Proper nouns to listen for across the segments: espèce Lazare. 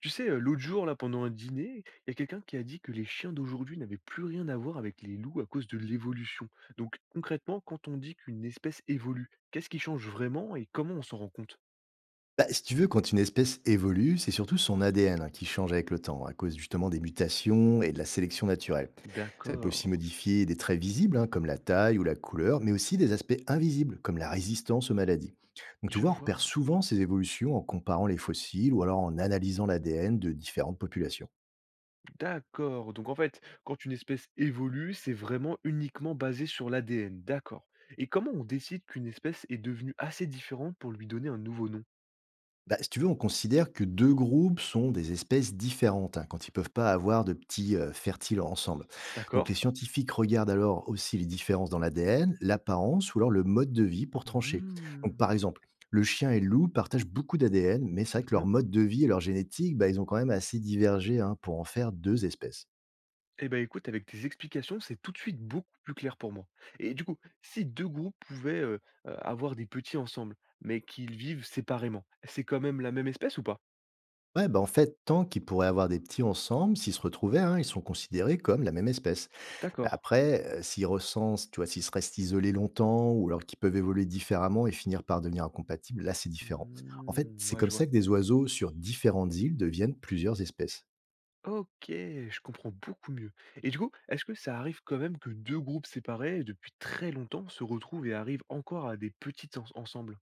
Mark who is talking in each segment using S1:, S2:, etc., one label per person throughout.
S1: L'autre jour, là, pendant un dîner, il y a quelqu'un qui a dit que les chiens d'aujourd'hui n'avaient plus rien à voir avec les loups à cause de l'évolution. Donc, concrètement, quand on dit qu'une espèce évolue, qu'est-ce qui change vraiment et comment on s'en rend compte?
S2: Si tu veux, quand une espèce évolue, c'est surtout son ADN, hein, qui change avec le temps, à cause justement des mutations et de la sélection naturelle. Ça peut
S1: D'accord,
S2: aussi modifier des traits visibles, hein, comme la taille ou la couleur, mais aussi des aspects invisibles, comme la résistance aux maladies. Donc tu
S1: je
S2: vois, on repère
S1: vois.
S2: souvent ces évolutions en comparant les fossiles ou alors en analysant l'ADN de différentes populations.
S1: D'accord. Donc, en fait, quand une espèce évolue, c'est vraiment uniquement basé sur l'ADN. D'accord. Et comment on décide qu'une espèce est devenue assez différente pour lui donner un nouveau nom?
S2: Si tu veux, on considère que deux groupes sont des espèces différentes, hein, quand ils ne peuvent pas avoir de petits fertiles ensemble. Donc les
S1: D'accord.
S2: scientifiques regardent alors aussi les différences dans l'ADN, l'apparence ou alors le mode de vie pour trancher. Donc
S1: Hmm.
S2: par exemple, le chien et le loup partagent beaucoup d'ADN, mais c'est vrai que leur mode de vie et leur génétique, bah, ils ont quand même assez divergé, hein, pour en faire deux espèces.
S1: Eh ben écoute, avec tes explications, c'est tout de suite beaucoup plus clair pour moi. Et du coup, si deux groupes pouvaient avoir des petits ensemble, mais qu'ils vivent séparément, c'est quand même la même espèce ou pas?
S2: Ouais, bah en fait, tant qu'ils pourraient avoir des petits ensemble, s'ils se retrouvaient, hein, ils sont considérés comme la même espèce. Bah,
S1: D'accord.
S2: après, s'ils recensent, tu vois, s'ils se restent isolés longtemps ou alors qu'ils peuvent évoluer différemment et finir par devenir incompatibles, là, c'est différent. En fait,
S1: Hmm,
S2: c'est
S1: ouais,
S2: comme
S1: je
S2: ça
S1: vois.
S2: que des oiseaux sur différentes îles deviennent plusieurs espèces.
S1: Ok, je comprends beaucoup mieux. Et du coup, est-ce que ça arrive quand même que deux groupes séparés depuis très longtemps se retrouvent et arrivent encore à des petits ensembles?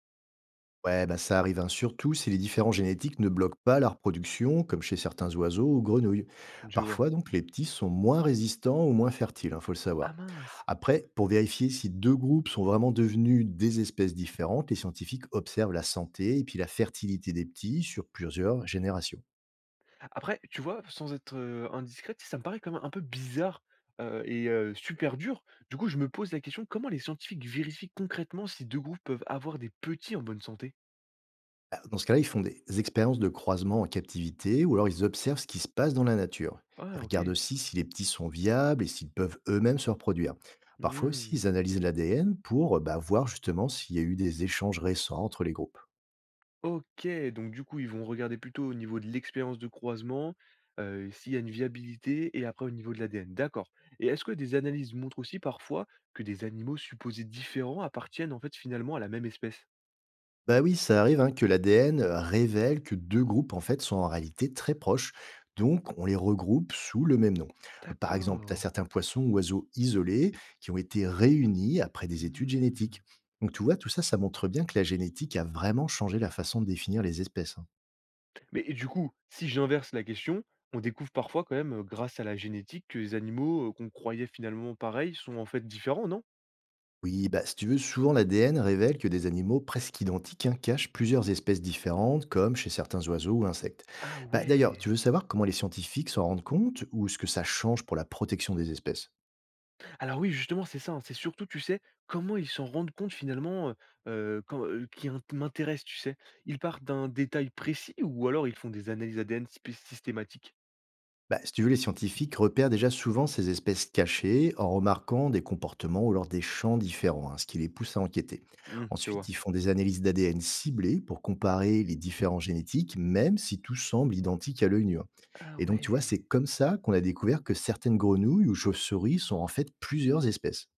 S2: Ouais, bah, ça arrive, hein, surtout si les différents génétiques ne bloquent pas la reproduction, comme chez certains oiseaux ou grenouilles.
S1: Je vois.
S2: Parfois, donc, les petits sont moins résistants ou moins fertiles, hein, faut le savoir.
S1: Ah mince.
S2: Après, pour vérifier si 2 groupes sont vraiment devenus des espèces différentes, les scientifiques observent la santé et puis la fertilité des petits sur plusieurs générations.
S1: Après, tu vois, sans être, indiscret, tu sais, ça me paraît quand même un peu bizarre, et super dur. Du coup, je me pose la question, comment les scientifiques vérifient concrètement si 2 groupes peuvent avoir des petits en bonne santé?
S2: Bah, dans ce cas-là, ils font des expériences de croisement en captivité ou alors ils observent ce qui se passe dans la nature. Ils
S1: Ah
S2: regardent
S1: OK.
S2: aussi si les petits sont viables et s'ils peuvent eux-mêmes se reproduire. Parfois aussi, ils
S1: Mmh.
S2: analysent l'ADN pour bah, voir justement s'il y a eu des échanges récents entre les groupes.
S1: OK, donc du coup, ils vont regarder plutôt au niveau de l'expérience de croisement, s'il y a une viabilité et après au niveau de l'ADN. D'accord. Et est-ce que des analyses montrent aussi parfois que des animaux supposés différents appartiennent en fait finalement à la même espèce?
S2: Bah oui, ça arrive, hein, que l'ADN révèle que deux groupes en fait sont en réalité très proches, donc on les regroupe sous le même nom. Par exemple, tu as
S1: D'accord.
S2: certains poissons ou oiseaux isolés qui ont été réunis après des études
S1: Mmh.
S2: génétiques. Donc tu vois, tout ça, ça montre bien que la génétique a vraiment changé la façon de définir les espèces, hein.
S1: Mais et du coup, si j'inverse la question, on découvre parfois quand même, grâce à la génétique, que les animaux, qu'on croyait finalement pareils sont en fait différents, non?
S2: Oui, bah si tu veux, souvent l'ADN révèle que des animaux presque identiques, hein, cachent plusieurs espèces différentes, comme chez certains oiseaux ou insectes.
S1: Ah
S2: Bah,
S1: ouais!
S2: d'ailleurs, tu veux savoir comment les scientifiques s'en rendent compte ou ce que ça change pour la protection des espèces?
S1: Alors oui, justement, c'est ça, hein, c'est surtout, tu sais, comment ils s'en rendent compte finalement, quand, qui int m'intéresse, tu sais? Ils partent d'un détail précis ou alors ils font des analyses ADN spé systématiques?
S2: Si tu veux, les scientifiques repèrent déjà souvent ces espèces cachées en remarquant des comportements ou alors des champs différents, hein, ce qui les pousse à enquêter.
S1: Mmh, je
S2: Ensuite,
S1: vois.
S2: ils font des analyses d'ADN ciblées pour comparer les différents génétiques, même si tout semble identique à l'œil nu, hein.
S1: Ah
S2: Et donc, tu vois, c'est
S1: ouais!
S2: comme ça qu'on a découvert que certaines grenouilles ou chauves-souris sont en fait plusieurs espèces.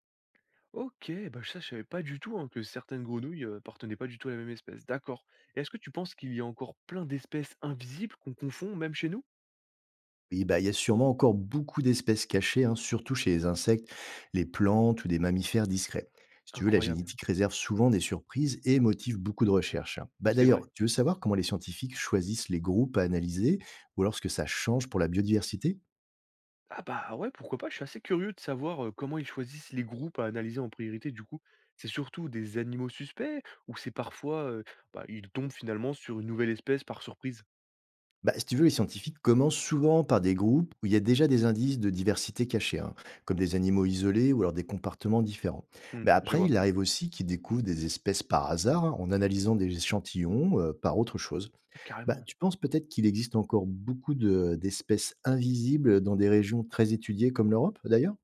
S1: OK, bah, ça je savais pas du tout, hein, que certaines grenouilles, appartenaient pas du tout à la même espèce. D'accord. Et est-ce que tu penses qu'il y a encore plein d'espèces invisibles qu'on confond même chez nous?
S2: Oui, bah, il y a sûrement encore beaucoup d'espèces cachées, hein, surtout chez les insectes, les plantes ou des mammifères discrets. Si tu veux, la
S1: Incroyable,
S2: génétique réserve souvent des surprises et motive beaucoup de recherches, hein. Bah,
S1: c'est
S2: d'ailleurs,
S1: vrai.
S2: tu veux savoir comment les scientifiques choisissent les groupes à analyser ou alors ce que ça change pour la biodiversité?
S1: Ah bah, ouais, pourquoi pas, je suis assez curieux de savoir, comment ils choisissent les groupes à analyser en priorité du coup. C'est surtout des animaux suspects ou c'est parfois, bah, ils tombent finalement sur une nouvelle espèce par surprise?
S2: Si tu veux, les scientifiques commencent souvent par des groupes où il y a déjà des indices de diversité cachés, hein, comme des animaux isolés ou alors des comportements différents.
S1: Mmh,
S2: Mais
S1: je
S2: après,
S1: vois.
S2: il arrive aussi qu'ils découvrent des espèces par hasard, hein, en analysant des échantillons par autre chose.
S1: Ah
S2: Bah,
S1: carrément.
S2: tu penses peut-être qu'il existe encore beaucoup de d'espèces invisibles dans des régions très étudiées comme l'Europe, d'ailleurs?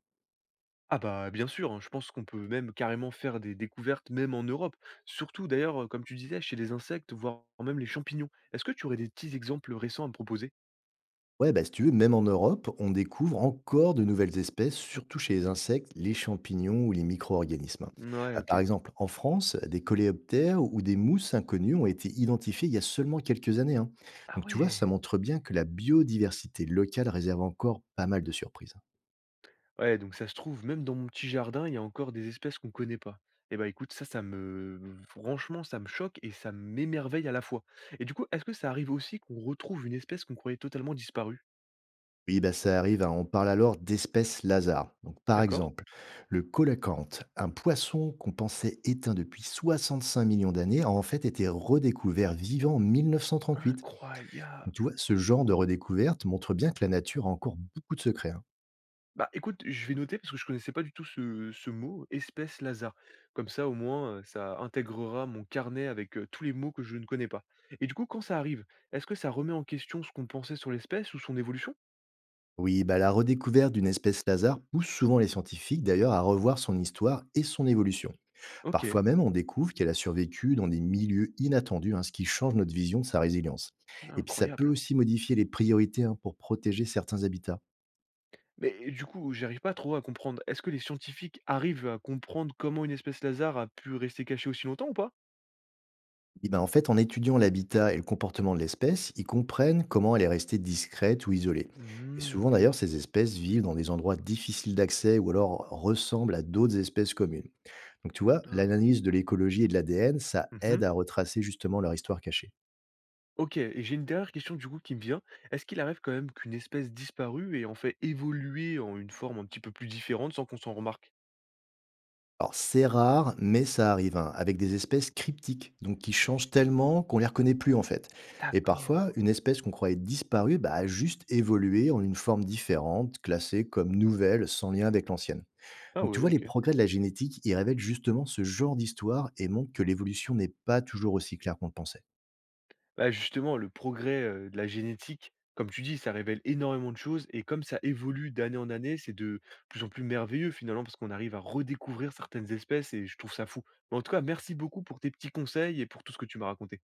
S1: Ah bah, bien sûr, hein, je pense qu'on peut même carrément faire des découvertes, même en Europe. Surtout d'ailleurs, comme tu disais, chez les insectes, voire même les champignons. Est-ce que tu aurais des petits exemples récents à me proposer?
S2: Ouais, bah, si tu veux, même en Europe, on découvre encore de nouvelles espèces, surtout chez les insectes, les champignons ou les micro-organismes.
S1: Ouais,
S2: Par
S1: ok.
S2: exemple, en France, des coléoptères ou des mousses inconnues ont été identifiées il y a seulement quelques années, hein.
S1: Ah
S2: Donc tu vois, ça
S1: ouais.
S2: montre bien que la biodiversité locale réserve encore pas mal de surprises.
S1: Ouais, donc ça se trouve, même dans mon petit jardin, il y a encore des espèces qu'on connaît pas. Eh bah écoute, ça me... Franchement, ça me choque et ça m'émerveille à la fois. Et du coup, est-ce que ça arrive aussi qu'on retrouve une espèce qu'on croyait totalement disparue?
S2: Oui, bah, ça arrive, hein. On parle alors d'espèces Lazare. Donc, par
S1: D'accord?
S2: exemple, le colacanthe, un poisson qu'on pensait éteint depuis 65 millions d'années, a en fait été redécouvert vivant en 1938.
S1: Incroyable.
S2: Donc, tu vois, ce genre de redécouverte montre bien que la nature a encore beaucoup de secrets, hein.
S1: Bah, écoute, je vais noter parce que je connaissais pas du tout ce mot, espèce Lazare. Comme ça, au moins, ça intégrera mon carnet avec, tous les mots que je ne connais pas. Et du coup, quand ça arrive, est-ce que ça remet en question ce qu'on pensait sur l'espèce ou son évolution?
S2: Oui, bah, la redécouverte d'une espèce Lazare pousse souvent les scientifiques d'ailleurs à revoir son histoire et son évolution.
S1: OK,
S2: Parfois même, on découvre qu'elle a survécu dans des milieux inattendus, hein, ce qui change notre vision de sa résilience. Et puis, ça peut
S1: incroyable.
S2: aussi modifier les priorités, hein, pour protéger certains habitats.
S1: Mais du coup, j'arrive pas trop à comprendre. Est-ce que les scientifiques arrivent à comprendre comment une espèce Lazare a pu rester cachée aussi longtemps ou pas?
S2: Eh ben, en fait, en étudiant l'habitat et le comportement de l'espèce, ils comprennent comment elle est restée discrète ou isolée. Et
S1: Mmh,
S2: souvent,
S1: OK.
S2: d'ailleurs, ces espèces vivent dans des endroits difficiles d'accès ou alors ressemblent à d'autres espèces communes. Donc, tu vois,
S1: Ah.
S2: l'analyse de l'écologie et de l'ADN, ça
S1: Mmh.
S2: aide à retracer justement leur histoire cachée.
S1: OK et j'ai une dernière question du coup qui me vient. Est-ce qu'il arrive quand même qu'une espèce disparue et en fait évoluer en une forme un petit peu plus différente sans qu'on s'en remarque?
S2: Alors c'est rare, mais ça arrive, hein, avec des espèces cryptiques, donc qui changent tellement qu'on les reconnaît plus en fait. Et
S1: D'accord.
S2: parfois, une espèce qu'on croyait disparue bah, a juste évolué en une forme différente, classée comme nouvelle, sans lien avec l'ancienne.
S1: Ah
S2: Donc tu
S1: ouais,
S2: vois, les
S1: OK.
S2: progrès de la génétique, ils révèlent justement ce genre d'histoire et montrent que l'évolution n'est pas toujours aussi claire qu'on le pensait.
S1: Bah, justement, le progrès, de la génétique, comme tu dis, ça révèle énormément de choses et comme ça évolue d'année en année, c'est de plus en plus merveilleux finalement parce qu'on arrive à redécouvrir certaines espèces et je trouve ça fou. Mais en tout cas, merci beaucoup pour tes petits conseils et pour tout ce que tu m'as raconté.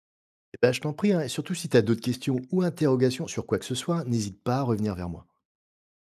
S2: Et ben je t'en prie, hein, et surtout si tu as d'autres questions ou interrogations sur quoi que ce soit, n'hésite pas à revenir vers moi.